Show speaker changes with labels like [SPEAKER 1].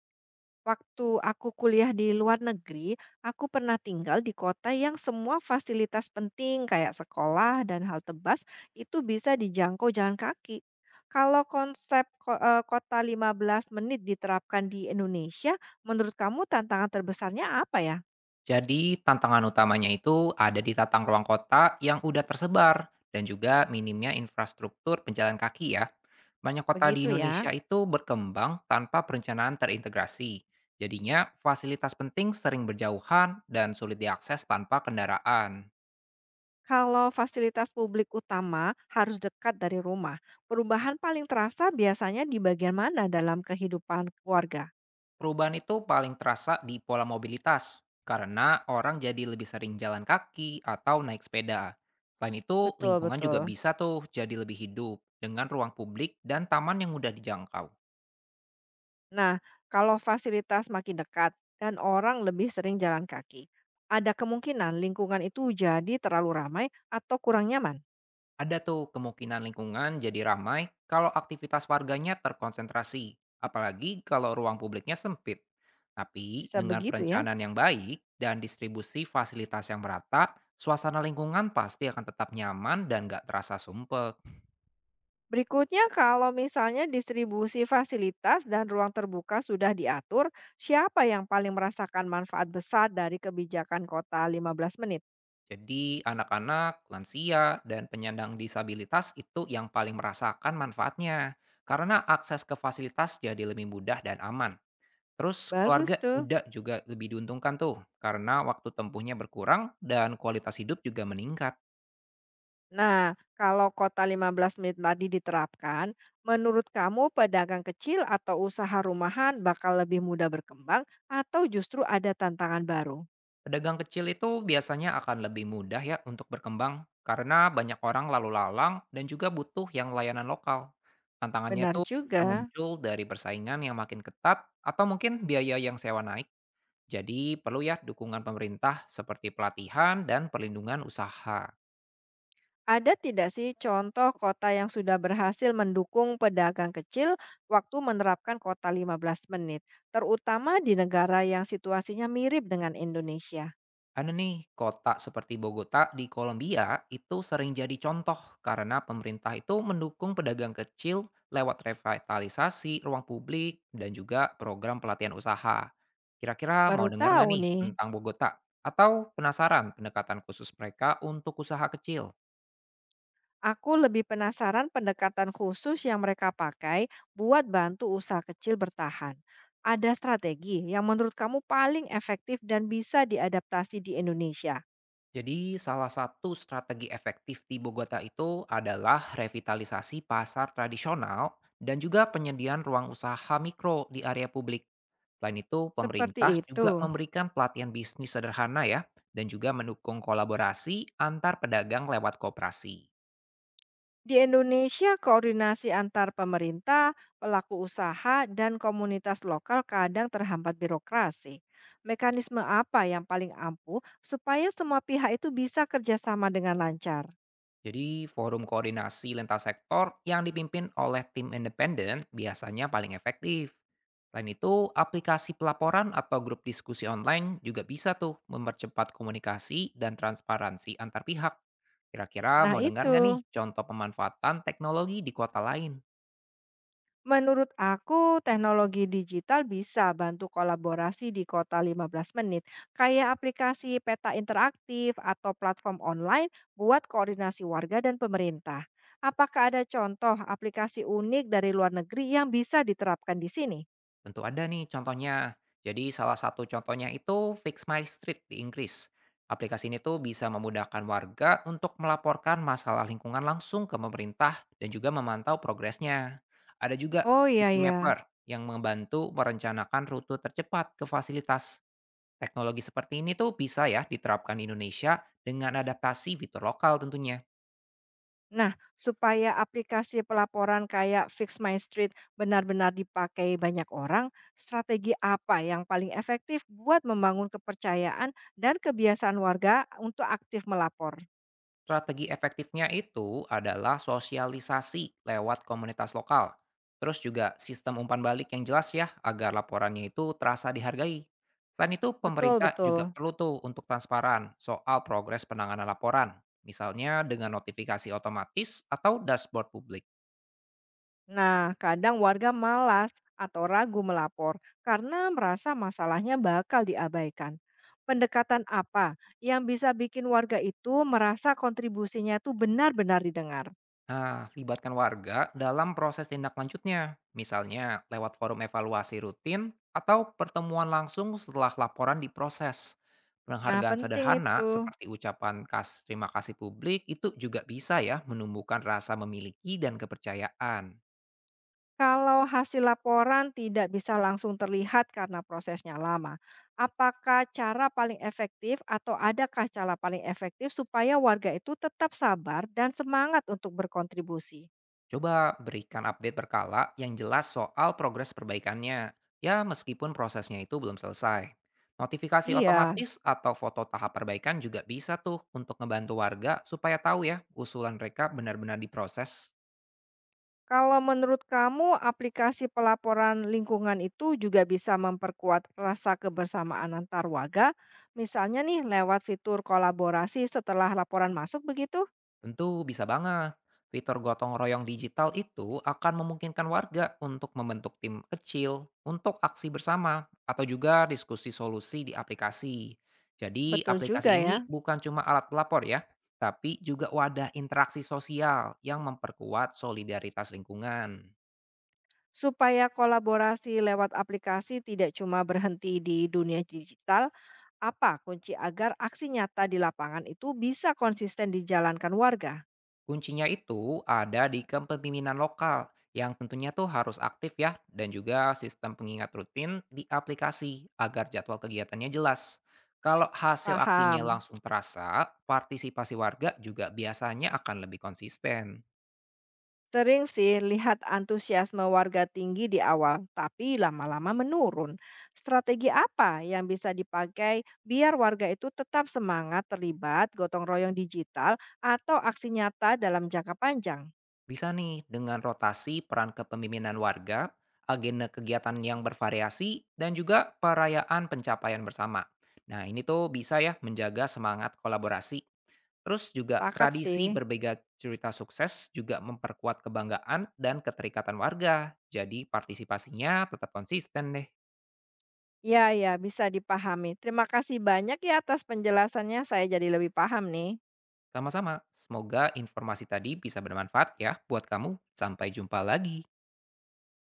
[SPEAKER 1] Waktu aku kuliah di luar negeri, aku pernah tinggal di kota yang semua fasilitas penting kayak sekolah dan halte bus itu bisa dijangkau jalan kaki. Kalau konsep kota 15 menit diterapkan di Indonesia, menurut kamu tantangan terbesarnya apa ya?
[SPEAKER 2] Jadi tantangan utamanya itu ada di tatang ruang kota yang udah tersebar dan juga minimnya infrastruktur penjalan kaki ya. Banyak kota di
[SPEAKER 1] Begitu
[SPEAKER 2] Indonesia
[SPEAKER 1] ya.
[SPEAKER 2] itu berkembang tanpa perencanaan terintegrasi. Jadinya fasilitas penting sering berjauhan dan sulit diakses tanpa kendaraan.
[SPEAKER 1] Kalau fasilitas publik utama harus dekat dari rumah, perubahan paling terasa biasanya di bagian mana dalam kehidupan keluarga?
[SPEAKER 2] Perubahan itu paling terasa di pola mobilitas, karena orang jadi lebih sering jalan kaki atau naik sepeda. Selain itu,
[SPEAKER 1] Betul,
[SPEAKER 2] lingkungan juga
[SPEAKER 1] betul.
[SPEAKER 2] bisa tuh jadi lebih hidup dengan ruang publik dan taman yang mudah dijangkau.
[SPEAKER 1] Nah, kalau fasilitas makin dekat dan orang lebih sering jalan kaki, ada kemungkinan lingkungan itu jadi terlalu ramai atau kurang nyaman.
[SPEAKER 2] Ada tuh kemungkinan lingkungan jadi ramai kalau aktivitas warganya terkonsentrasi, apalagi kalau ruang publiknya sempit. Tapi
[SPEAKER 1] Bisa
[SPEAKER 2] dengan
[SPEAKER 1] begitu ya.
[SPEAKER 2] perencanaan yang baik dan distribusi fasilitas yang merata, suasana lingkungan pasti akan tetap nyaman dan gak terasa sumpek.
[SPEAKER 1] Berikutnya, kalau misalnya distribusi fasilitas dan ruang terbuka sudah diatur, siapa yang paling merasakan manfaat besar dari kebijakan kota 15 menit?
[SPEAKER 2] Jadi anak-anak, lansia, dan penyandang disabilitas itu yang paling merasakan manfaatnya. Karena akses ke fasilitas jadi lebih mudah dan aman. Terus
[SPEAKER 1] Bagus
[SPEAKER 2] keluarga
[SPEAKER 1] tuh.
[SPEAKER 2] muda juga lebih diuntungkan tuh, karena waktu tempuhnya berkurang dan kualitas hidup juga meningkat.
[SPEAKER 1] Nah, kalau kota 15 menit tadi diterapkan, menurut kamu pedagang kecil atau usaha rumahan bakal lebih mudah berkembang atau justru ada tantangan baru?
[SPEAKER 2] Pedagang kecil itu biasanya akan lebih mudah ya untuk berkembang, karena banyak orang lalu lalang dan juga butuh yang layanan lokal. Tantangannya
[SPEAKER 1] Benar
[SPEAKER 2] tuh bisa
[SPEAKER 1] juga.
[SPEAKER 2] muncul dari persaingan yang makin ketat atau mungkin biaya yang sewa naik. Jadi perlu ya dukungan pemerintah seperti pelatihan dan perlindungan usaha.
[SPEAKER 1] Ada tidak sih contoh kota yang sudah berhasil mendukung pedagang kecil waktu menerapkan kota 15 menit, terutama di negara yang situasinya mirip dengan Indonesia?
[SPEAKER 2] Ada nih, kota seperti Bogota di Kolombia itu sering jadi contoh karena pemerintah itu mendukung pedagang kecil lewat revitalisasi ruang publik dan juga program pelatihan usaha. Kira-kira
[SPEAKER 1] Baru
[SPEAKER 2] mau dengar nggak
[SPEAKER 1] tahu
[SPEAKER 2] nih
[SPEAKER 1] nih.
[SPEAKER 2] tentang Bogota? Atau penasaran pendekatan khusus mereka untuk usaha kecil?
[SPEAKER 1] Aku lebih penasaran pendekatan khusus yang mereka pakai buat bantu usaha kecil bertahan. Ada strategi yang menurut kamu paling efektif dan bisa diadaptasi di Indonesia.
[SPEAKER 2] Jadi salah satu strategi efektif di Bogota itu adalah revitalisasi pasar tradisional dan juga penyediaan ruang usaha mikro di area publik. Selain itu,
[SPEAKER 1] Seperti
[SPEAKER 2] pemerintah
[SPEAKER 1] itu.
[SPEAKER 2] juga memberikan pelatihan bisnis sederhana ya, dan juga mendukung kolaborasi antar pedagang lewat kooperasi.
[SPEAKER 1] Di Indonesia, koordinasi antar pemerintah, pelaku usaha, dan komunitas lokal kadang terhambat birokrasi. Mekanisme apa yang paling ampuh supaya semua pihak itu bisa kerjasama dengan lancar?
[SPEAKER 2] Jadi, forum koordinasi lintas sektor yang dipimpin oleh tim independen biasanya paling efektif. Selain itu, aplikasi pelaporan atau grup diskusi online juga bisa tuh mempercepat komunikasi dan transparansi antar pihak. Kira-kira
[SPEAKER 1] Nah,
[SPEAKER 2] mau dengar nggak nih
[SPEAKER 1] itu.
[SPEAKER 2] contoh pemanfaatan teknologi di kota lain?
[SPEAKER 1] Menurut aku, teknologi digital bisa bantu kolaborasi di kota 15 menit, kayak aplikasi peta interaktif atau platform online buat koordinasi warga dan pemerintah. Apakah ada contoh aplikasi unik dari luar negeri yang bisa diterapkan di sini?
[SPEAKER 2] Tentu ada nih contohnya. Jadi salah satu contohnya itu Fix My Street di Inggris. Aplikasi ini tuh bisa memudahkan warga untuk melaporkan masalah lingkungan langsung ke pemerintah dan juga memantau progresnya. Ada juga
[SPEAKER 1] Oh iya
[SPEAKER 2] City
[SPEAKER 1] ya.
[SPEAKER 2] Mapper yang membantu merencanakan rute tercepat ke fasilitas. Teknologi seperti ini tuh bisa ya diterapkan di Indonesia dengan adaptasi fitur lokal tentunya.
[SPEAKER 1] Nah, supaya aplikasi pelaporan kayak Fix My Street benar-benar dipakai banyak orang, strategi apa yang paling efektif buat membangun kepercayaan dan kebiasaan warga untuk aktif melapor?
[SPEAKER 2] Strategi efektifnya itu adalah sosialisasi lewat komunitas lokal. Terus juga sistem umpan balik yang jelas ya, agar laporannya itu terasa dihargai. Selain itu,
[SPEAKER 1] Betul,
[SPEAKER 2] pemerintah juga
[SPEAKER 1] betul.
[SPEAKER 2] perlu tuh untuk transparan soal progres penanganan laporan, misalnya dengan notifikasi otomatis atau dashboard publik.
[SPEAKER 1] Nah, kadang warga malas atau ragu melapor karena merasa masalahnya bakal diabaikan. Pendekatan apa yang bisa bikin warga itu merasa kontribusinya itu benar-benar didengar?
[SPEAKER 2] Nah, libatkan warga dalam proses tindak lanjutnya, misalnya lewat forum evaluasi rutin atau pertemuan langsung setelah laporan diproses.
[SPEAKER 1] Nah,
[SPEAKER 2] Penghargaan
[SPEAKER 1] penting
[SPEAKER 2] sederhana
[SPEAKER 1] itu.
[SPEAKER 2] seperti ucapan kas terima kasih publik itu juga bisa ya menumbuhkan rasa memiliki dan kepercayaan.
[SPEAKER 1] Kalau hasil laporan tidak bisa langsung terlihat karena prosesnya lama, apakah cara paling efektif atau adakah cara paling efektif supaya warga itu tetap sabar dan semangat untuk berkontribusi?
[SPEAKER 2] Coba berikan update berkala yang jelas soal progres perbaikannya, ya meskipun prosesnya itu belum selesai. Notifikasi
[SPEAKER 1] Iya,
[SPEAKER 2] otomatis atau foto tahap perbaikan juga bisa tuh untuk ngebantu warga supaya tahu ya usulan mereka benar-benar diproses.
[SPEAKER 1] kalau menurut kamu aplikasi pelaporan lingkungan itu juga bisa memperkuat rasa kebersamaan antar warga, misalnya nih lewat fitur kolaborasi setelah laporan masuk begitu?
[SPEAKER 2] Tentu bisa banget. Fitur gotong royong digital itu akan memungkinkan warga untuk membentuk tim kecil untuk aksi bersama atau juga diskusi solusi di aplikasi. Jadi
[SPEAKER 1] Betul
[SPEAKER 2] aplikasi
[SPEAKER 1] juga ya.
[SPEAKER 2] ini bukan cuma alat pelapor ya, tapi juga wadah interaksi sosial yang memperkuat solidaritas lingkungan.
[SPEAKER 1] Supaya kolaborasi lewat aplikasi tidak cuma berhenti di dunia digital, apa kunci agar aksi nyata di lapangan itu bisa konsisten dijalankan warga?
[SPEAKER 2] Kuncinya itu ada di kepemimpinan lokal yang tentunya tuh harus aktif ya dan juga sistem pengingat rutin di aplikasi agar jadwal kegiatannya jelas. Kalau hasil aksinya
[SPEAKER 1] Paham.
[SPEAKER 2] langsung terasa, partisipasi warga juga biasanya akan lebih konsisten.
[SPEAKER 1] Sering sih lihat antusiasme warga tinggi di awal, tapi lama-lama menurun. Strategi apa yang bisa dipakai biar warga itu tetap semangat terlibat gotong royong digital atau aksi nyata dalam jangka panjang?
[SPEAKER 2] Bisa nih dengan rotasi peran kepemimpinan warga, agenda kegiatan yang bervariasi, dan juga perayaan pencapaian bersama. Nah ini tuh bisa ya menjaga semangat kolaborasi. Terus juga
[SPEAKER 1] Sepakat
[SPEAKER 2] tradisi
[SPEAKER 1] sih.
[SPEAKER 2] berbagi cerita sukses juga memperkuat kebanggaan dan keterikatan warga. Jadi partisipasinya tetap konsisten deh.
[SPEAKER 1] Ya, ya bisa dipahami. Terima kasih banyak ya atas penjelasannya, saya jadi lebih paham nih.
[SPEAKER 2] Sama-sama, semoga informasi tadi bisa bermanfaat ya buat kamu. Sampai jumpa lagi.